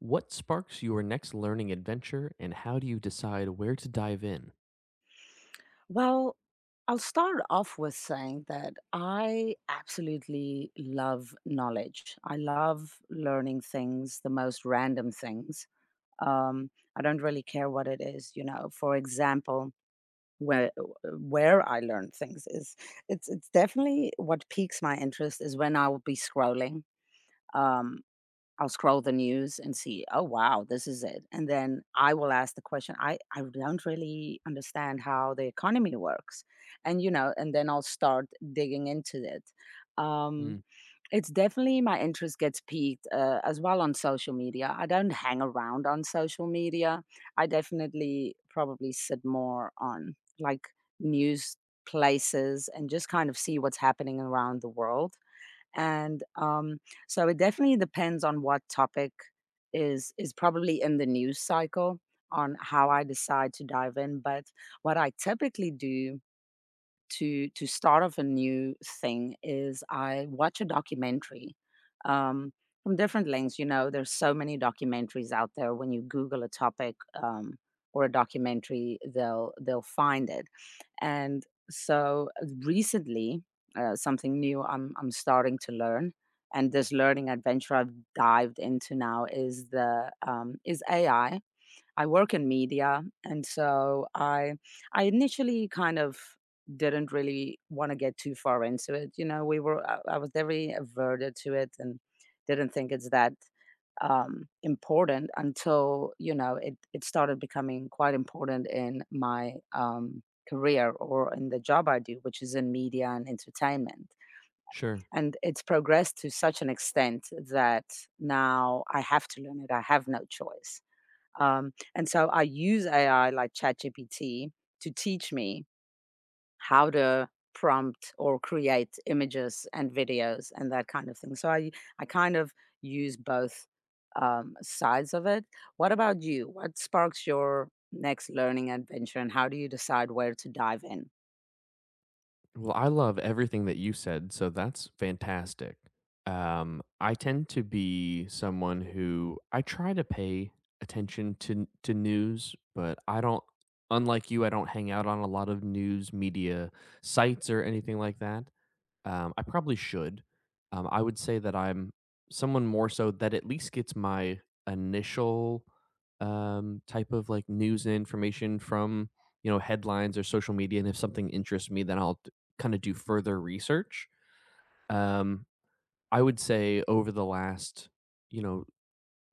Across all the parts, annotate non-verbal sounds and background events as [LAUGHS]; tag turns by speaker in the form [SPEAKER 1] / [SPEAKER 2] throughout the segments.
[SPEAKER 1] What sparks your next learning adventure, and how do you decide where to dive in?
[SPEAKER 2] Well, I'll start off with saying that I absolutely love knowledge. I love learning things, the most random things. Um, I don't really care what it is. You know, for example, where where I learn things is it's definitely what piques my interest is when I will be scrolling. Um, I'll scroll the news and see, "Oh, wow, this is it." And then I will ask the question, "I don't really understand how the economy works." And, you know, and then I'll start digging into it. Um,
[SPEAKER 1] Mm,
[SPEAKER 2] it's definitely my interest gets piqued, as well on social media. I don't hang around on social media. I definitely probably sit more on, like, news places and just kind of see what's happening around the world. And so it definitely depends on what topic is probably in the news cycle on how I decide to dive in. But what I typically do to start off a new thing is I watch a documentary um, from different links. You know, there's so many documentaries out there. When you Google a topic um, or a documentary, they'll find it. And so recently, something new I'm starting to learn, and this learning adventure I've dived into now is the is AI I work in media, and so I initially kind of didn't really want to get too far into it. You know, I was very averted to it and didn't think it's that important until, you know, it started becoming quite important in my career or in the job I do, which is in media and entertainment.
[SPEAKER 1] sure.
[SPEAKER 2] And it's progressed to such an extent that now I have to learn it. I have no choice, and so I use AI like ChatGPT to teach me how to prompt or create images and videos and that kind of thing. So I kind of use both sides of it. What about you? What sparks your next learning adventure, and how do you decide where to dive in?
[SPEAKER 1] Well, I love everything that you said, so that's fantastic. I tend to be someone who I try to pay attention to news, but I don't. Unlike you, I don't hang out on a lot of news media sites or anything like that. I probably should. I would say that I'm someone more so that at least gets my initial type of like news and information from, you know, headlines or social media, and if something interests me, then I'll kind of do further research. Um, I would say over the last, you know,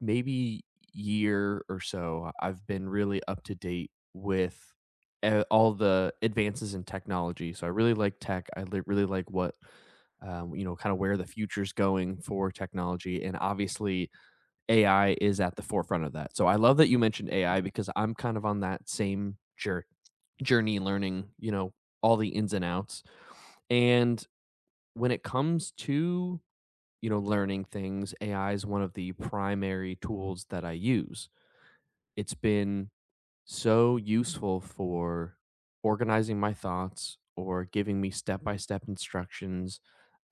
[SPEAKER 1] maybe year or so, I've been really up to date with all the advances in technology. So I really like tech. Really like what, you know, kind of where the future's going for technology. And obviously, AI is at the forefront of that. So I love that you mentioned AI because I'm kind of on that same journey, learning, you know, all the ins and outs. And when it comes to, you know, learning things, AI is one of the primary tools that I use. It's been so useful for organizing my thoughts or giving me step-by-step instructions,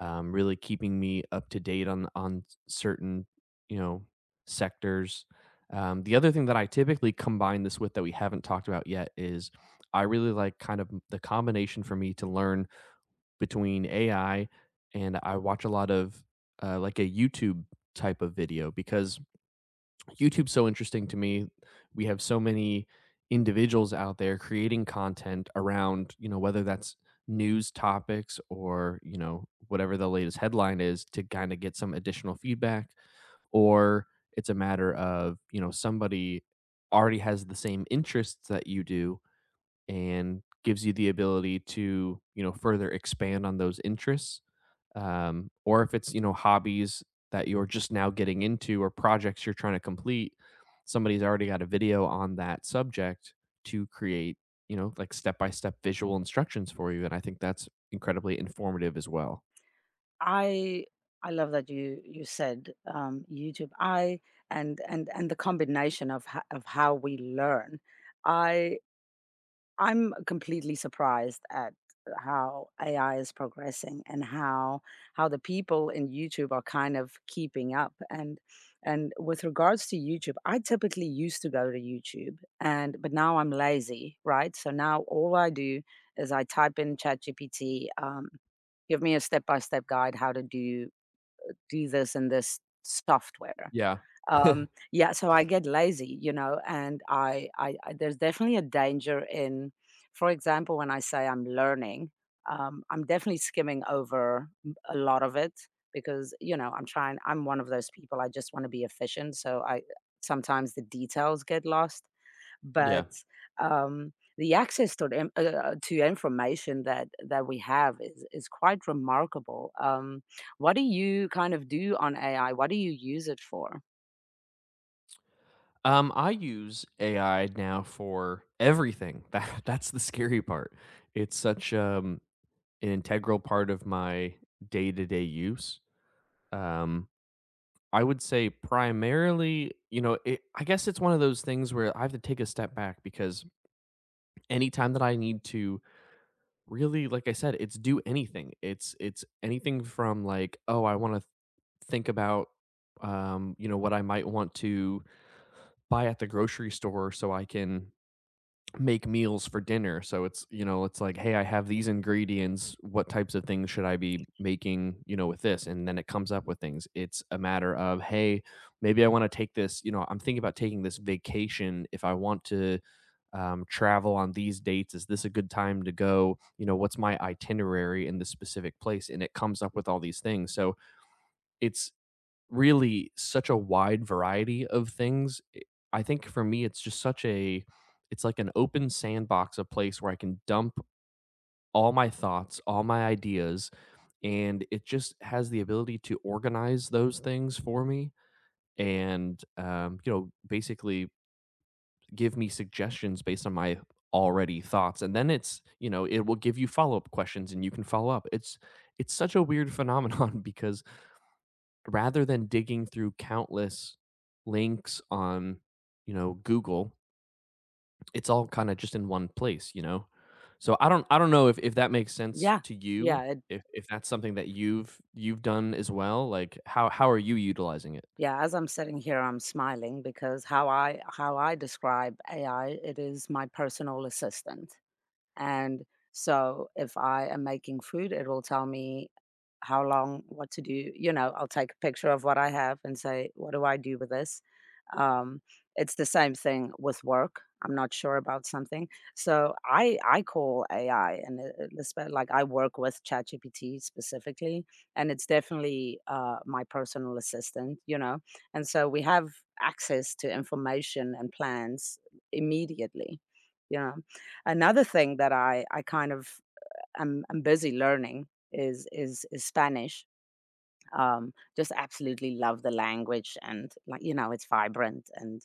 [SPEAKER 1] really keeping me up to date on certain, you know, sectors. The other thing that I typically combine this with that we haven't talked about yet is I really like kind of the combination for me to learn between AI and I watch a lot of, like a YouTube type of video because YouTube's so interesting to me. We have so many individuals out there creating content around, you know, whether that's news topics or, you know, whatever the latest headline is to kinda get some additional feedback, or it's a matter of, you know, somebody already has the same interests that you do and gives you the ability to, you know, further expand on those interests, or if it's, you know, hobbies that you're just now getting into or projects you're trying to complete, somebody's already got a video on that subject to create, you know, like step by step visual instructions for you. And I think that's incredibly informative as well.
[SPEAKER 2] I I love that you said, YouTube. I and the combination of how we learn. I I'm completely surprised at how AI is progressing and how the people in YouTube are kind of keeping up. And with regards to YouTube, I typically used to go to YouTube, and but now I'm lazy, right? So now all I do is I type in ChatGPT, give me a step-by-step guide how to do this in this software.
[SPEAKER 1] Yeah. [LAUGHS]
[SPEAKER 2] Yeah, so I get lazy, you know, and I, there's definitely a danger in, for example, when I say I'm learning, I'm definitely skimming over a lot of it because, you know, I'm trying. I'm one of those people. I just want to be efficient, so I sometimes the details get lost,
[SPEAKER 1] Yeah.
[SPEAKER 2] but the access to the, to information that we have is quite remarkable. What do you kind of do on AI? What do you use it for?
[SPEAKER 1] I use AI now for everything. [LAUGHS] That that's the scary part. It's such an integral part of my day-to-day use. um I would say primarily, you know, it, I guess it's one of those things where I have to take a step back because anytime that I need to really, like I said, it's do anything. It's anything from like, oh, I want to think about, you know, what I might want to buy at the grocery store so I can make meals for dinner. So it's, you know, it's like, hey, I have these ingredients. What types of things should I be making, you know, with this? And then it comes up with things. It's a matter of, hey, maybe I want to take this, you know, I'm thinking about taking this vacation. If I want to travel on these dates, is this a good time to go? You know, what's my itinerary in this specific place? And it comes up with all these things. So it's really such a wide variety of things. I think for me, it's just such a, it's like an open sandbox, a place where I can dump all my thoughts, all my ideas, and it just has the ability to organize those things for me. And, you know, basically give me suggestions based on my already thoughts. And then it's, you know, it will give you follow-up questions and you can follow up. It's such a weird phenomenon [LAUGHS] because rather than digging through countless links on, you know, Google, it's all kinda just in one place, you know? So I don't know if that makes sense
[SPEAKER 2] Yeah,
[SPEAKER 1] to
[SPEAKER 2] yeah,
[SPEAKER 1] you,
[SPEAKER 2] it,
[SPEAKER 1] if that's something that you've done as well, like, how are you utilizing it?
[SPEAKER 2] yeah. As I'm sitting here, I'm smiling because how I describe AI, it is my personal assistant. And so if I am making food, it will tell me how long, what to do. You know, I'll take a picture of what I have and say, what do I do with this? Um, it's the same thing with work. I'm not sure about something. So I call AI, and it's like I work with ChatGPT specifically, and it's definitely my personal assistant, you know. And so we have access to information and plans immediately, you know. Another thing that I kind of am busy learning is Spanish. Just absolutely love the language, and, like, you know, it's vibrant. and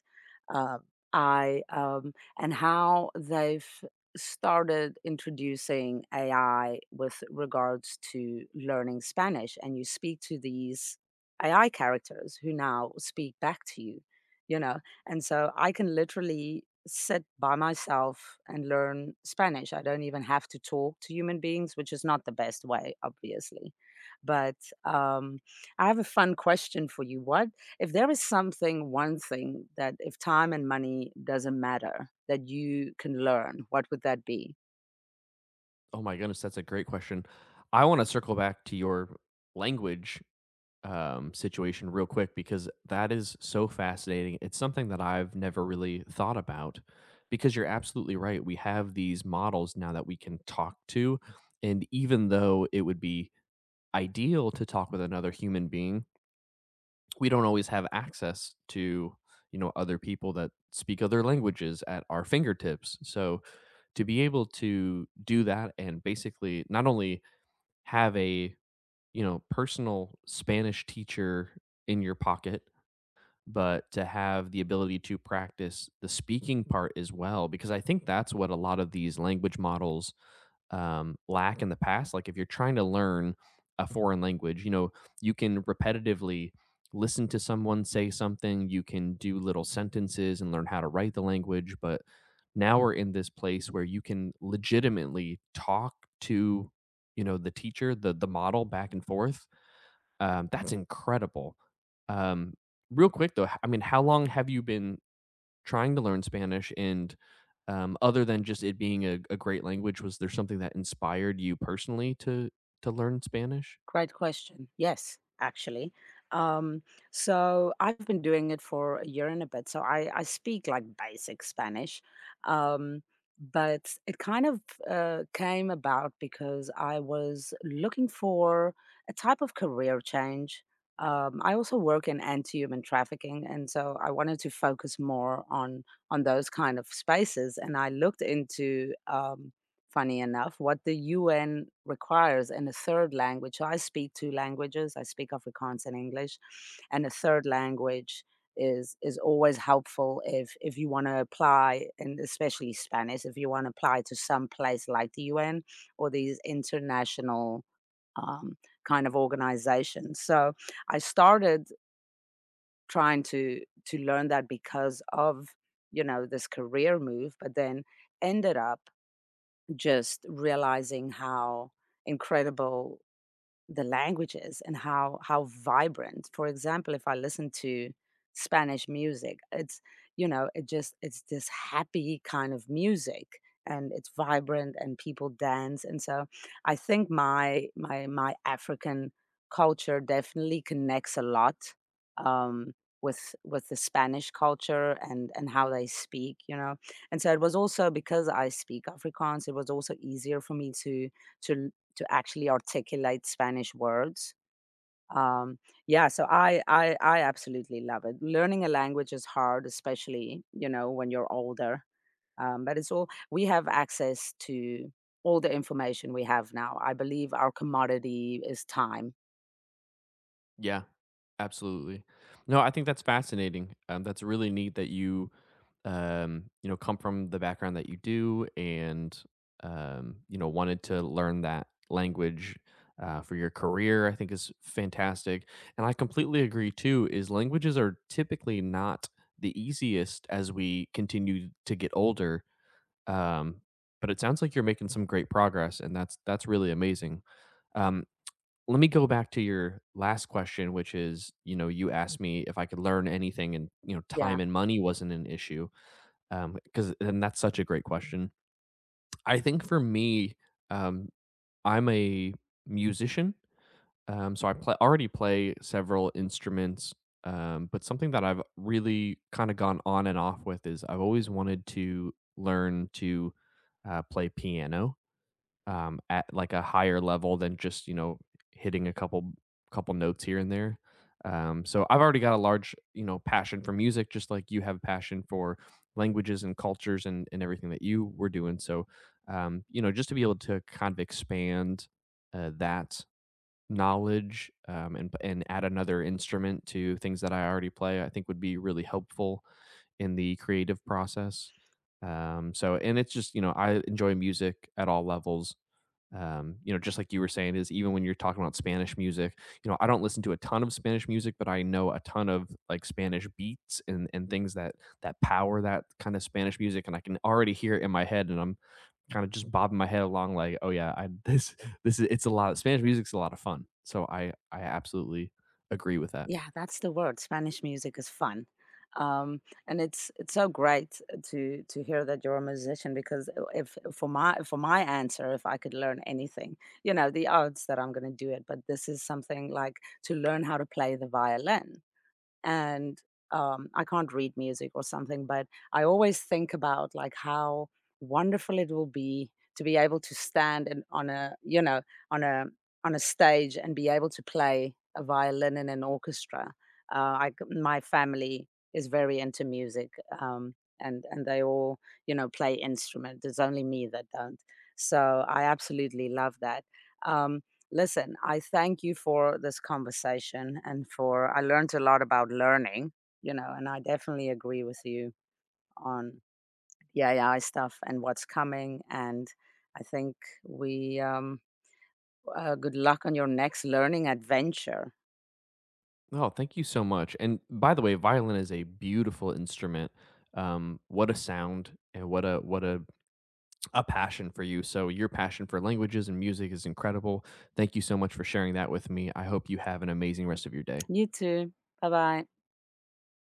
[SPEAKER 2] uh, i um, and how they've started introducing AI with regards to learning Spanish, and you speak to these AI characters who now speak back to you, you know. And so I can literally sit by myself and learn Spanish. I don't even have to talk to human beings, which is not the best way, obviously, but um I have a fun question for you. What if there is something, one thing that, if time and money doesn't matter, that you can learn, what would that be?
[SPEAKER 1] Oh my goodness, that's a great question. I wanna circle back to your language situation real quick because that is so fascinating. It's something that I've never really thought about because you're absolutely right. We have these models now that we can talk to. And even though it would be ideal to talk with another human being, we don't always have access to, you know, other people that speak other languages at our fingertips, so to be able to do that and basically not only have a, you know, personal Spanish teacher in your pocket, but to have the ability to practice the speaking part as well, because I think that's what a lot of these language models lack in the past. Like, if you're trying to learn a foreign language, you know, you can repetitively listen to someone say something, you can do little sentences and learn how to write the language. But now we're in this place where you can legitimately talk to, you know, the teacher, the model back and forth. That's incredible. Um, Real quick though, h- I mean, how long have you been trying to learn Spanish? And, other than just it being a great language, was there something that inspired you personally to learn Spanish?
[SPEAKER 2] Great question. Yes, actually. Um, so I've been doing it for a year and a bit. So I speak, like, basic Spanish. Um, but it kind of came about because I was looking for a type of career change. I also work in anti-human trafficking, and so I wanted to focus more on those kind of spaces. And I looked into, funny enough, what the UN requires in a third language. So I speak two languages. I speak Afrikaans and English, and a third language is always helpful if you want to apply, and especially Spanish, if you want to apply to some place like the UN or these international um, kind of organizations. So I started trying to learn that because of, you know, this career move, but then ended up just realizing how incredible the languages, and how vibrant. For example, if I listen to Spanish music, it's, you know, it just, it's this happy kind of music, and it's vibrant and people dance. And so I think my my African culture definitely connects a lot um with the Spanish culture and how they speak, you know. And so it was also because I speak Afrikaans, it was also easier for me to to actually articulate Spanish words. Um, yeah, so I I absolutely love it. Learning a language is hard, especially, you know, when you're older. But it's all, we have access to all the information we have now. I believe our commodity is time.
[SPEAKER 1] Yeah. Absolutely. No, I think that's fascinating. That's really neat that you, you know, come from the background that you do, and, you know, wanted to learn that language for your career. I think is fantastic, and I completely agree too. Is languages are typically not the easiest as we continue to get older. Um, but it sounds like you're making some great progress, and that's really amazing. Um, Let me go back to your last question, which is, you know, you asked me if I could learn anything and, you know, time
[SPEAKER 2] Yeah.
[SPEAKER 1] and money wasn't an issue. Cause, and that's such a great question. I think for me, um, I'm a musician. So I play, already play several instruments. But something that I've really kind of gone on and off with is I've always wanted to learn to play piano at like a higher level than just, you know, hitting a couple notes here and there. So I've already got a large, you know, passion for music, just like you have a passion for languages and cultures and everything that you were doing. So, you know, just to be able to kind of expand that knowledge, and add another instrument to things that I already play, I think would be really helpful in the creative process. So, and it's just, you know, I enjoy music at all levels, you know, just like you were saying, is even when you're talking about Spanish music, you know, I don't listen to a ton of Spanish music, but I know a ton of like Spanish beats and things that that power that kind of Spanish music, and I can already hear it in my head, and I'm kind of just bobbing my head along like, oh yeah, I [LAUGHS] this is, it's a lot. Spanish music's a lot of fun, so I absolutely agree with that.
[SPEAKER 2] Yeah, that's the word. Spanish music is fun. Um, and it's so great to hear that you're a musician because, if for my answer, if I could learn anything, you know, the odds that I'm going to do it, but this is something like to learn how to play the violin. And I can't read music or something, but I always think about, like, how wonderful it will be to be able to stand and, on a, you know, on a stage, and be able to play a violin in an orchestra. My family is very into music, um, and they all, you know, play instrument. It's only me that don't. So I absolutely love that. Um, Listen, I thank you for this conversation, and for I learned a lot about learning, you know. And I definitely agree with you on the AI stuff and what's coming. And I think we good luck on your next learning adventure.
[SPEAKER 1] Oh, thank you so much. And by the way, violin is a beautiful instrument. What a sound and what a passion for you. So your passion for languages and music is incredible. Thank you so much for sharing that with me. I hope you have an amazing rest of your day.
[SPEAKER 2] You too. Bye bye.